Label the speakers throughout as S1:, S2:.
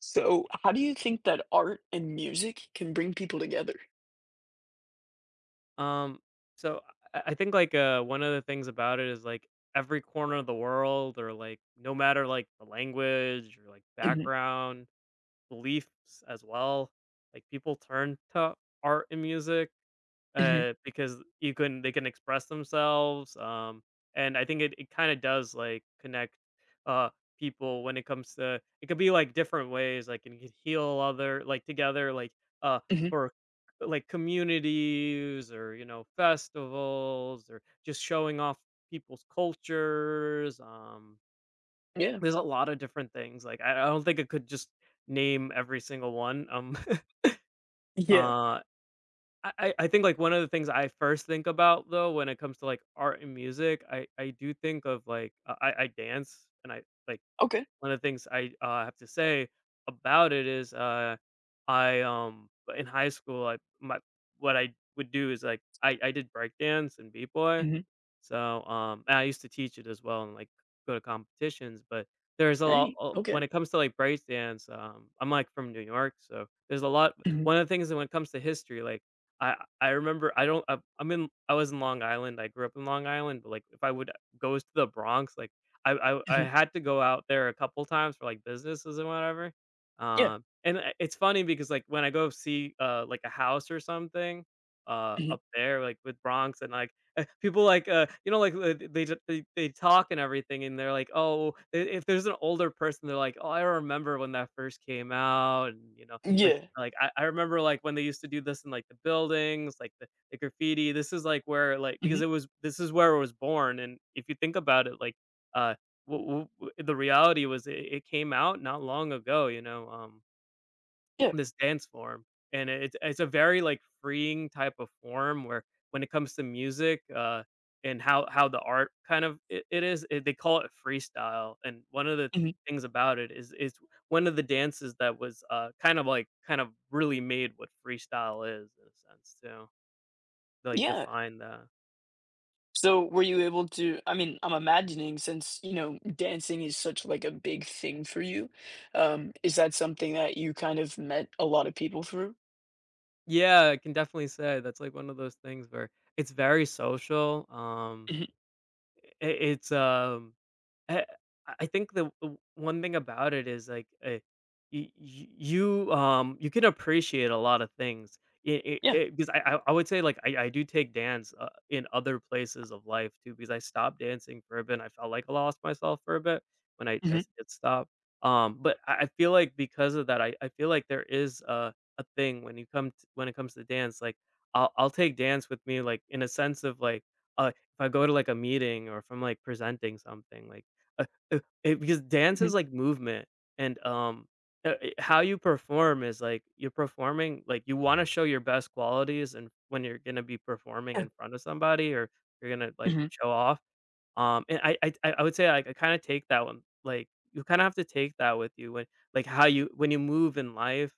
S1: So, how do you think that art and music can bring people together?
S2: Um, so I think like one of the things about it is like every corner of the world, or like no matter like the language or like
S1: Mhm,
S2: background, beliefs as well, like people turn to art and music,
S1: mhm,
S2: because you can they can express themselves. And I think it kind of does like connect uh people when it comes to it could be like different ways, like, and you could heal other like together like, uh
S1: mhm,
S2: for like communities, or festivals, or just showing off people's cultures.
S1: yeah,
S2: There's a lot of different things like, I don't think I could just name every single one.
S1: yeah,
S2: Uh I think, like, one of the things I first think about, though, when it comes to, like, art and music, I do think of, like, I dance. Like,
S1: okay,
S2: One of the things I, have to say about it is, I, in high school, I my what I would do is like, I did breakdance and b boy.
S1: mhm,
S2: And I used to teach it as well, and like go to competitions, but there's a lot,
S1: hey,
S2: when
S1: okay,
S2: it comes to like breakdance. I'm like from New York, so there's a lot.
S1: mhm,
S2: One of the things that when it comes to history, like. I, I remember, I don't, I'm in, I was in Long Island, I grew up in Long Island, but like if I would goes to the Bronx, like, I
S1: mhm,
S2: had to go out there a couple times for, like, businesses and whatever,
S1: yeah,
S2: and I it's funny because, like, when I go see, like, a house or something,
S1: mhm,
S2: up there, like, with Bronx. And, like, people, like, they ju they talk and everything, and they're like, "Oh," I if there's an older person, they're like, "Oh, I remember when that first came out," and, like
S1: yeah,
S2: like, "I remember, like, when they used to do this in, like, the buildings, like, the graffiti, this is, like, where, like," because
S1: mhm,
S2: it was this is where it was born, and if you think about it, like, uh the reality was it came out not long ago.
S1: yeah,
S2: This dance form, and it's a very, like, freeing type of form where when it comes to music, and how the art kind of it is, they call it freestyle. And one of the
S1: mhm,
S2: things about it is it's one of the dances that was, kind of really made what freestyle is in a sense too, like,
S1: yeah.
S2: define that.
S1: So, were you able to? I mean, I'm imagining since you know dancing is such like a big thing for you, is that something that you kind of met a lot of people through?
S2: Yeah, I can definitely say that's, like, one of those things where it's very social. um
S1: Mhm,
S2: I it's, um, I I think the w one thing about it is, like, y y you can appreciate a lot of things. It it
S1: yeah,
S2: it 'Cause I would say, like, I do take dance, in other places of life too, because I stopped dancing for a bit, and I felt like I lost myself for a bit when I
S1: mhm,
S2: s did stop. But I feel like because of that, I feel like there is a thing when you come t when it comes to dance, like, I'll take dance with me, like, in a sense of, like, a if I go to, like, a meeting, or if I'm, like, presenting something, like, uh, because dance
S1: mhm,
S2: is, like, movement. And, how you perform is, like, you're performing, like, you wanna show your best qualities, and when you're gonna be performing
S1: yeah,
S2: in front of somebody, or you're gonna, like,
S1: mhm,
S2: show off. And I would say, like, I kinda take that one, like, you kinda have to take that with you when, like, how you when you move in life,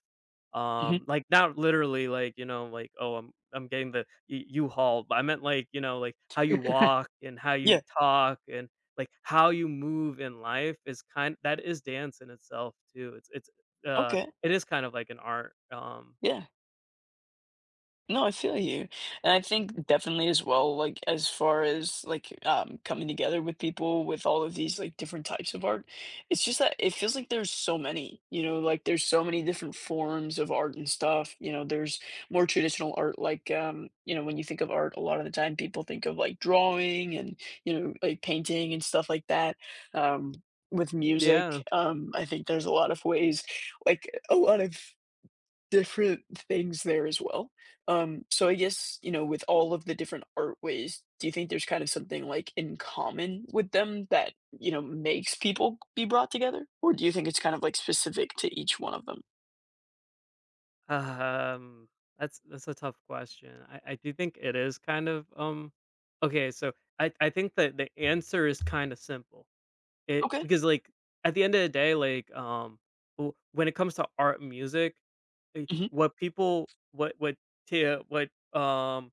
S1: mhm,
S2: like, not literally, like, like, "Oh, I'm getting the U U-Haul," but I meant, like, like, how you walk and how you
S1: yeah,
S2: talk and, like, how you move in life is kind that is dance in itself too. Uh
S1: okay,
S2: it is kind of like an art.
S1: yeah. No, I feel you, and I think definitely as well, like, as far as, like, coming together with people with all of these, like, different types of art, it's just that it feels like there's so many, you know, like, there's so many different forms of art and stuff, you know, there's more traditional art, like, you know, when you think of art, a lot of the time people think of, like, drawing and, you know, like, painting and stuff like that, um, with music,
S2: Yeah.
S1: I think there's a lot of ways, like, a lot of different things there as well. So I guess, you know, with all of the different art ways, do you think there's kind of something like in common with them that, you know, makes people be brought together? Or do you think it's kind of like specific to each one of them?
S2: Um, that's a tough question. I do think it is kind of, okay. So, I think that the answer is kind of simple. It
S1: Okay.
S2: Because like, at the end of the day, like, when it comes to art and music, eh,
S1: Hmm.
S2: what people what t- What um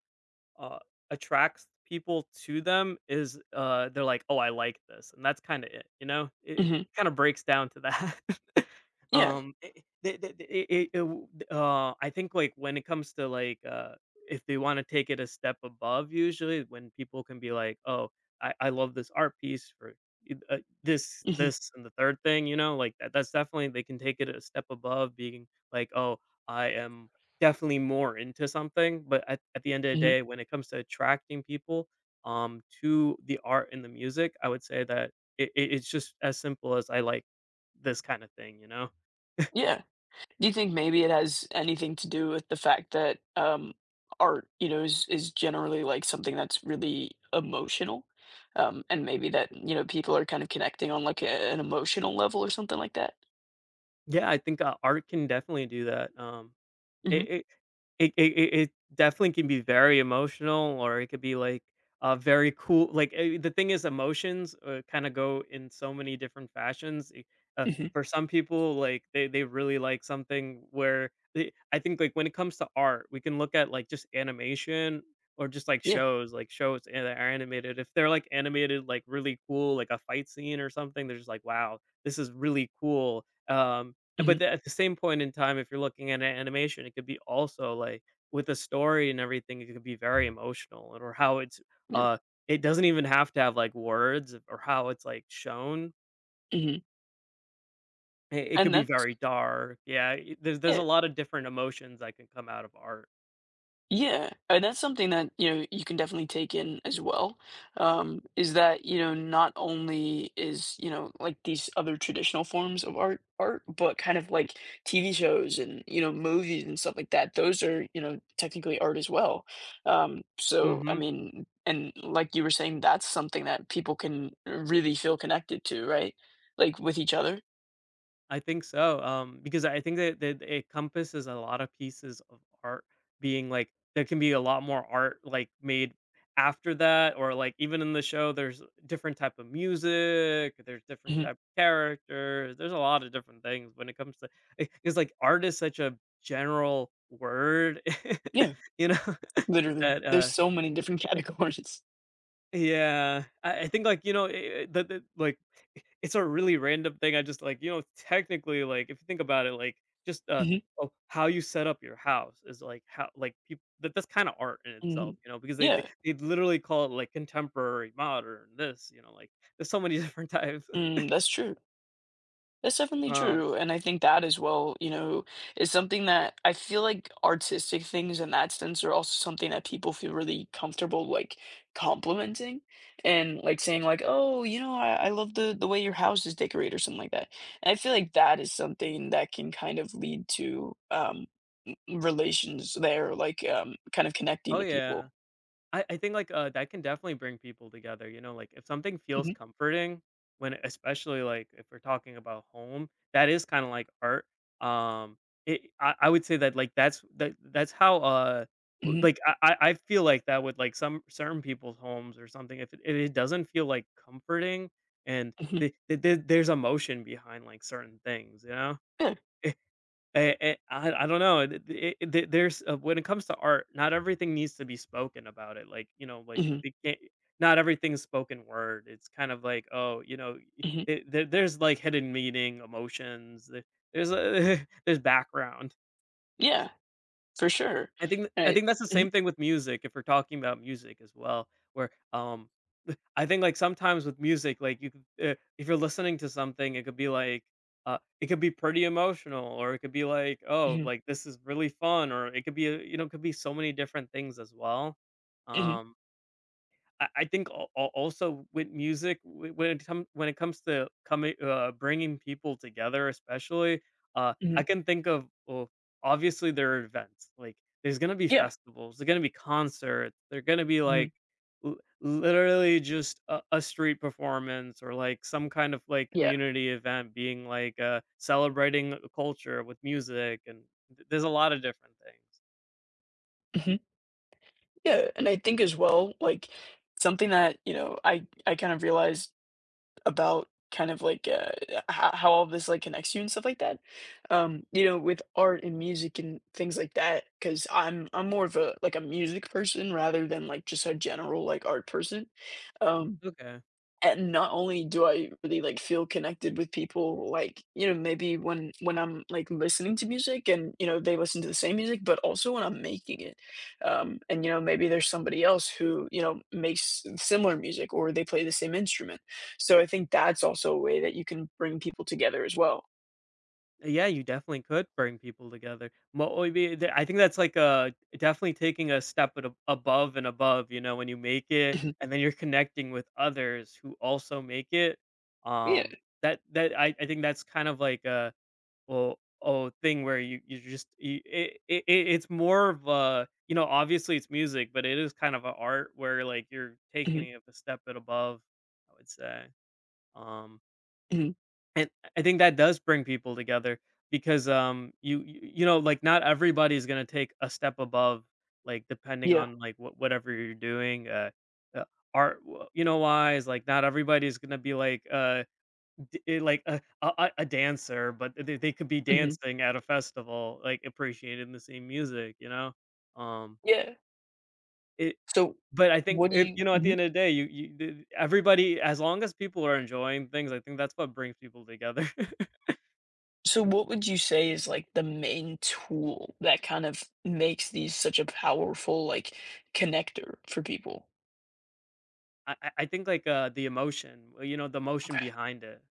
S2: uh, attracts people to them is, they're like, "Oh, I like this." And that's kind of it, you know? It
S1: Hmm.
S2: kind of breaks down to that.
S1: Yeah.
S2: I think, like, when it comes to like, if they want to take it a step above. Usually when people can be like, "Oh, I love this art piece for, this
S1: Hmm.
S2: this and the third thing, you know? Like that's definitely they can take it a step above being like, "Oh, I am definitely more into something, but at the end of the
S1: Hmm.
S2: day, when it comes to attracting people, to the art and the music, I would say that it's just as simple as I like this kind of thing, you know?
S1: Yeah. Do you think maybe it has anything to do with the fact that, art, you know, is generally, like, something that's really emotional? And maybe that, you know, people are kind of connecting on, like, a an emotional level or something like that?
S2: Yeah, I think, art can definitely do that.
S1: Mhm,
S2: It it it definitely can be very emotional, or it could be, like, very cool, like, the thing is emotions, kinda go in so many different fashions, uh,
S1: mhm,
S2: for some people, like, they really like something where they I think, like, when it comes to art, we can look at, like, just animation or just,
S1: yeah,
S2: like, shows and that are animated. If they're, like, animated, like, really cool, like a fight scene or something, they're just like, "Wow, this is really cool." But
S1: mhm,
S2: the at the same point in time, if you're looking at a animation, it could be also, like, with the story and everything, it could be very emotional. And or
S1: yeah,
S2: uh it doesn't even have to have, like, words, or how it's, like, shown.
S1: mhm,
S2: It could
S1: and
S2: be
S1: that's
S2: very dark. Yeah, I there's a
S1: yeah.
S2: lot of different emotions that can come out of art.
S1: Yeah, and that's something that, you know, you can definitely take in as well, is that, you know, not only is, you know, like these other traditional forms of art art, but kind of like TV shows and, you know, movies and stuff like that. Those are, you know, technically art as well. So, I
S2: Mhm.
S1: mean, and like you were saying, that's something that people can really feel connected to, right? Like with each other.
S2: I think so. Because I think that it encompasses a lot of pieces of art, being like there can be a lot more art like made after that, or like even in the show there's different type of music, there's different
S1: Mhm.
S2: type of characters, there's a lot of different things when it comes to, because like art is such a general word,
S1: Yeah,
S2: you know,
S1: literally.
S2: that
S1: There's so many different categories.
S2: yeah, I think, like, the like, it's a really random thing. I just, like, technically, like, if you think about it, like, just, uh,
S1: Mhm.
S2: oh, how you set up your house is, like, how like, people, that's kinda art in itself,
S1: Mm.
S2: you know, because they they
S1: Yeah.
S2: they literally call it, like, contemporary, modern, this, like, there's so many different types.
S1: Mm, that's true. That's definitely
S2: Um,
S1: true, and I think that as well, you know, is something that I feel like artistic things in that sense are also something that people feel really comfortable, like, complimenting and, like, saying like, "Oh, you know, I love the way your house is decorated," or something like that, and I feel like that is something that can kind of lead to, m relations there, like, kind of
S2: oh,
S1: connecting to
S2: yeah.
S1: people.
S2: I think, like, that can definitely bring people together, like, if something feels
S1: Mhm,
S2: comforting, when especially, like, if we're talking about home, that is kinda like art. Um, it I would say that, like, that's how, w
S1: mhm,
S2: like, I feel like that with, like, some certain people's homes or something, if it doesn't feel, like, comforting, and
S1: mhm,
S2: there's emotion behind, like, certain things, you know?
S1: yeah,
S2: I don't know. It the there's When it comes to art, not everything needs to be spoken about it. Like, like,
S1: mhm,
S2: it can't not everything's spoken word. It's kind of like, oh, you know, y
S1: mhm,
S2: it there there's, like, hidden meaning, emotions, there's a there's background.
S1: yeah, for sure,
S2: I think I
S1: right.
S2: think that's the
S1: Mhm,
S2: same thing with music, if we're talking about music as well, where, I think, like, sometimes with music, like, if you're listening to something, it could be like, it could be pretty emotional, or it could be like, "Oh,
S1: mhm,
S2: like, this is really fun," or it could be, it could be so many different things as well.
S1: mhm,
S2: Um I think al al also with music, w when it comes to coming bringing people together, especially,
S1: mhm,
S2: I can think of obviously, there are events, like, there's gonna be
S1: yeah.
S2: festivals, there's gonna be concerts, there's gonna be,
S1: Mhm.
S2: like, l literally just a street performance or, like, some kind of, like,
S1: Yeah.
S2: community event being, like, celebrating a culture with music, and th there's a lot of different things.
S1: Mhm. Yeah, and I think as well, like, something that, you know, I kind of realized about kind of like, how all this, like, connects you and stuff like that, you know, with art and music and things like that, because I 'cause I'm more of a like, a music person rather than, like, just a general, like, art person, um
S2: Okay.
S1: and not only do I really, like, feel connected with people, like, you know, maybe when I'm, like, listening to music and, you know, they listen to the same music, but also when I'm making it. And, you know, maybe there's somebody else who, you know, makes similar music or they play the same instrument. So I think that's also a way that you can bring people together as well.
S2: Yeah, you definitely could bring people together. I think that's like a definitely taking a step above and above. You know, when you make it,
S1: Mhm.
S2: and then you're connecting with others who also make it.
S1: Yeah.
S2: Um, that I think that's kind of like a thing where you just you, it- it's more of a you know obviously it's music, but it is kind of an art where like you're
S1: Mhm.
S2: taking it a step at above. I would say. Um,
S1: Mhm.
S2: and I think that does bring people together because you know like not everybody's going to take a step above like depending
S1: Yeah.
S2: on like whatever you're doing uh, art you know wise like not everybody's going to be like like a dancer but they could be
S1: Mhm.
S2: dancing at a festival like appreciating the same music you know um
S1: Yeah.
S2: it
S1: So
S2: but I think
S1: what do
S2: if,
S1: you
S2: you know at the
S1: Mhm.
S2: end of the day you everybody as long as people are enjoying things I think that's what brings people together
S1: So what would you say is like the main tool that kind of makes these such a powerful like connector for people?
S2: I think, like, the emotion, well, you know, the emotion
S1: Okay.
S2: behind it.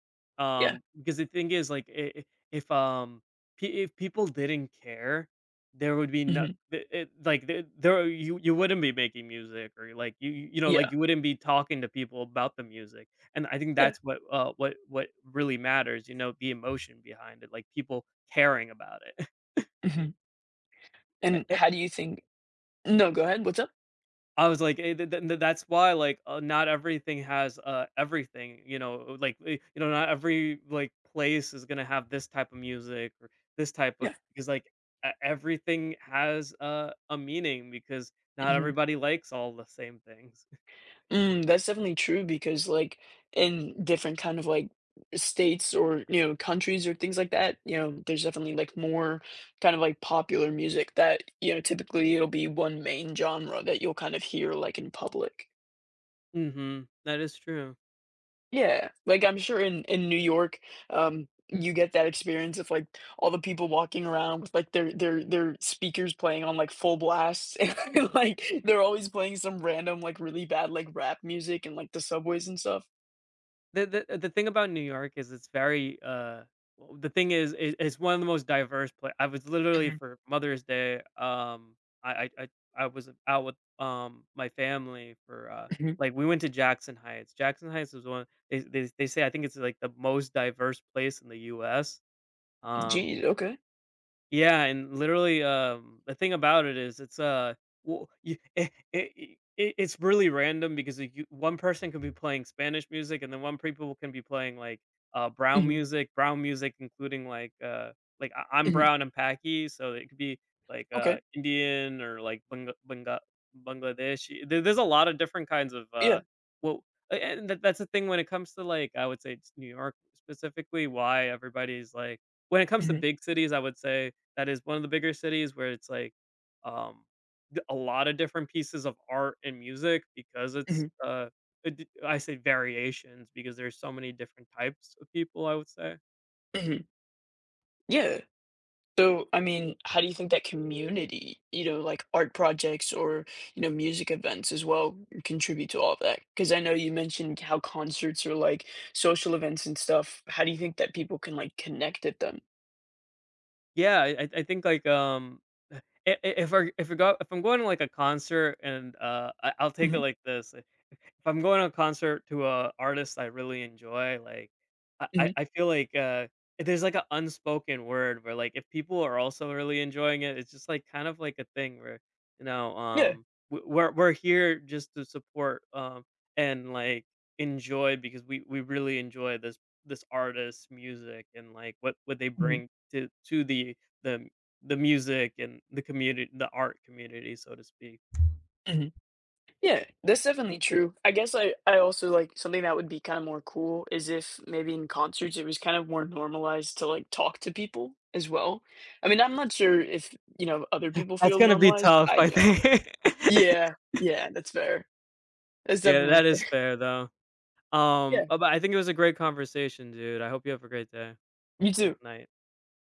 S1: Yeah.
S2: Because the thing is, like, I if, pe if people didn't care, there would be no
S1: Mhm.
S2: it it like, there you wouldn't be making music or, like, you know, like,
S1: Yeah.
S2: you wouldn't be talking to people about the music, and I think
S1: Yeah.
S2: that's what really matters, you know, the emotion behind it, like, people caring about it.
S1: Mhm. And how do you think No, go ahead. What's up?
S2: I was like, eh, th th th that's why, like, not everything has, everything, you know, like, you know, not every, like, place is gonna have this type of music or this type of
S1: Yeah.
S2: because, like, e everything has a meaning because not
S1: Mhm.
S2: everybody likes all the same things.
S1: Mm, that's definitely true because like in different kind of like states or you know countries or things like that, you know, there's definitely like more kind of like popular music that, you know, typically it'll be one main genre that you'll kind of hear like in public.
S2: Mhm. That is true.
S1: Yeah, like, I'm sure in New York, you get that experience of, like, all the people walking around with, like, their speakers playing on, like, full blast, and, like, they're always playing some random, like, really bad, like, rap music and like, the subways and stuff.
S2: The thing about New York is it's very, the thing is, it's one of the most diverse pla I was literally
S1: Mhm.
S2: for Mother's Day, I I was out with, my family for,
S1: Mhm.
S2: like, we went to Jackson Heights. Jackson Heights is one they say I think it's, like, the most diverse place in the US, um
S1: Gee, okay.
S2: yeah, and literally, the thing about it is it's, you, it, it's really random because like one person can be playing Spanish music and then one people can be playing like
S1: Mhm,
S2: brown music including like I'm
S1: mhm,
S2: brown and Paki, so it could be like
S1: okay.
S2: Indian or like Bangla, Bangladesh. There's a lot of different kinds of
S1: Yeah.
S2: well, and that's the thing when it comes to like I would say just New York specifically, why everybody's like when it comes to
S1: Mhm,
S2: big cities, I would say that is one of the bigger cities where it's like um a lot of different pieces of art and music because it's
S1: mhm,
S2: I say variations because there's so many different types of people. I would say,
S1: mhm. Yeah. So, I mean, how do you think that community, you know, like art projects or, you know, music events as well contribute to all of that? Because I know you mentioned how concerts or like social events and stuff. How do you think that people can like connect at them?
S2: yeah, I think like i- if I go if I'm going to like a concert and I'll take it
S1: Hmm.
S2: like this. If I'm going to a concert to a artist I really enjoy, like, I I
S1: Hmm.
S2: I feel like, there's, like, an unspoken word where, like, if people are also really enjoying it, it's just, like, kind of like a thing where, you know,
S1: Yeah.
S2: we're here just to support, and, like, enjoy because we really enjoy this artist's music and, like, what they
S1: Hmm.
S2: bring to the the the music and the community the art community, so to speak.
S1: Hmm. Yeah, that's definitely true. I guess I also like something that would be kind of more cool is if maybe in concerts it was kind of more normalized to like talk to people as well. I mean, I'm not sure if, you know, other people
S2: That's
S1: feel
S2: gonna be
S1: normalized, but
S2: tough,
S1: I
S2: I
S1: know.
S2: think.
S1: Yeah, yeah, that's fair. That's
S2: Yeah,
S1: definitely
S2: that is
S1: fair.
S2: fair though.
S1: Yeah,
S2: But I think it was a great conversation, dude. I hope you have a great day.
S1: you
S2: Well,
S1: too.
S2: night.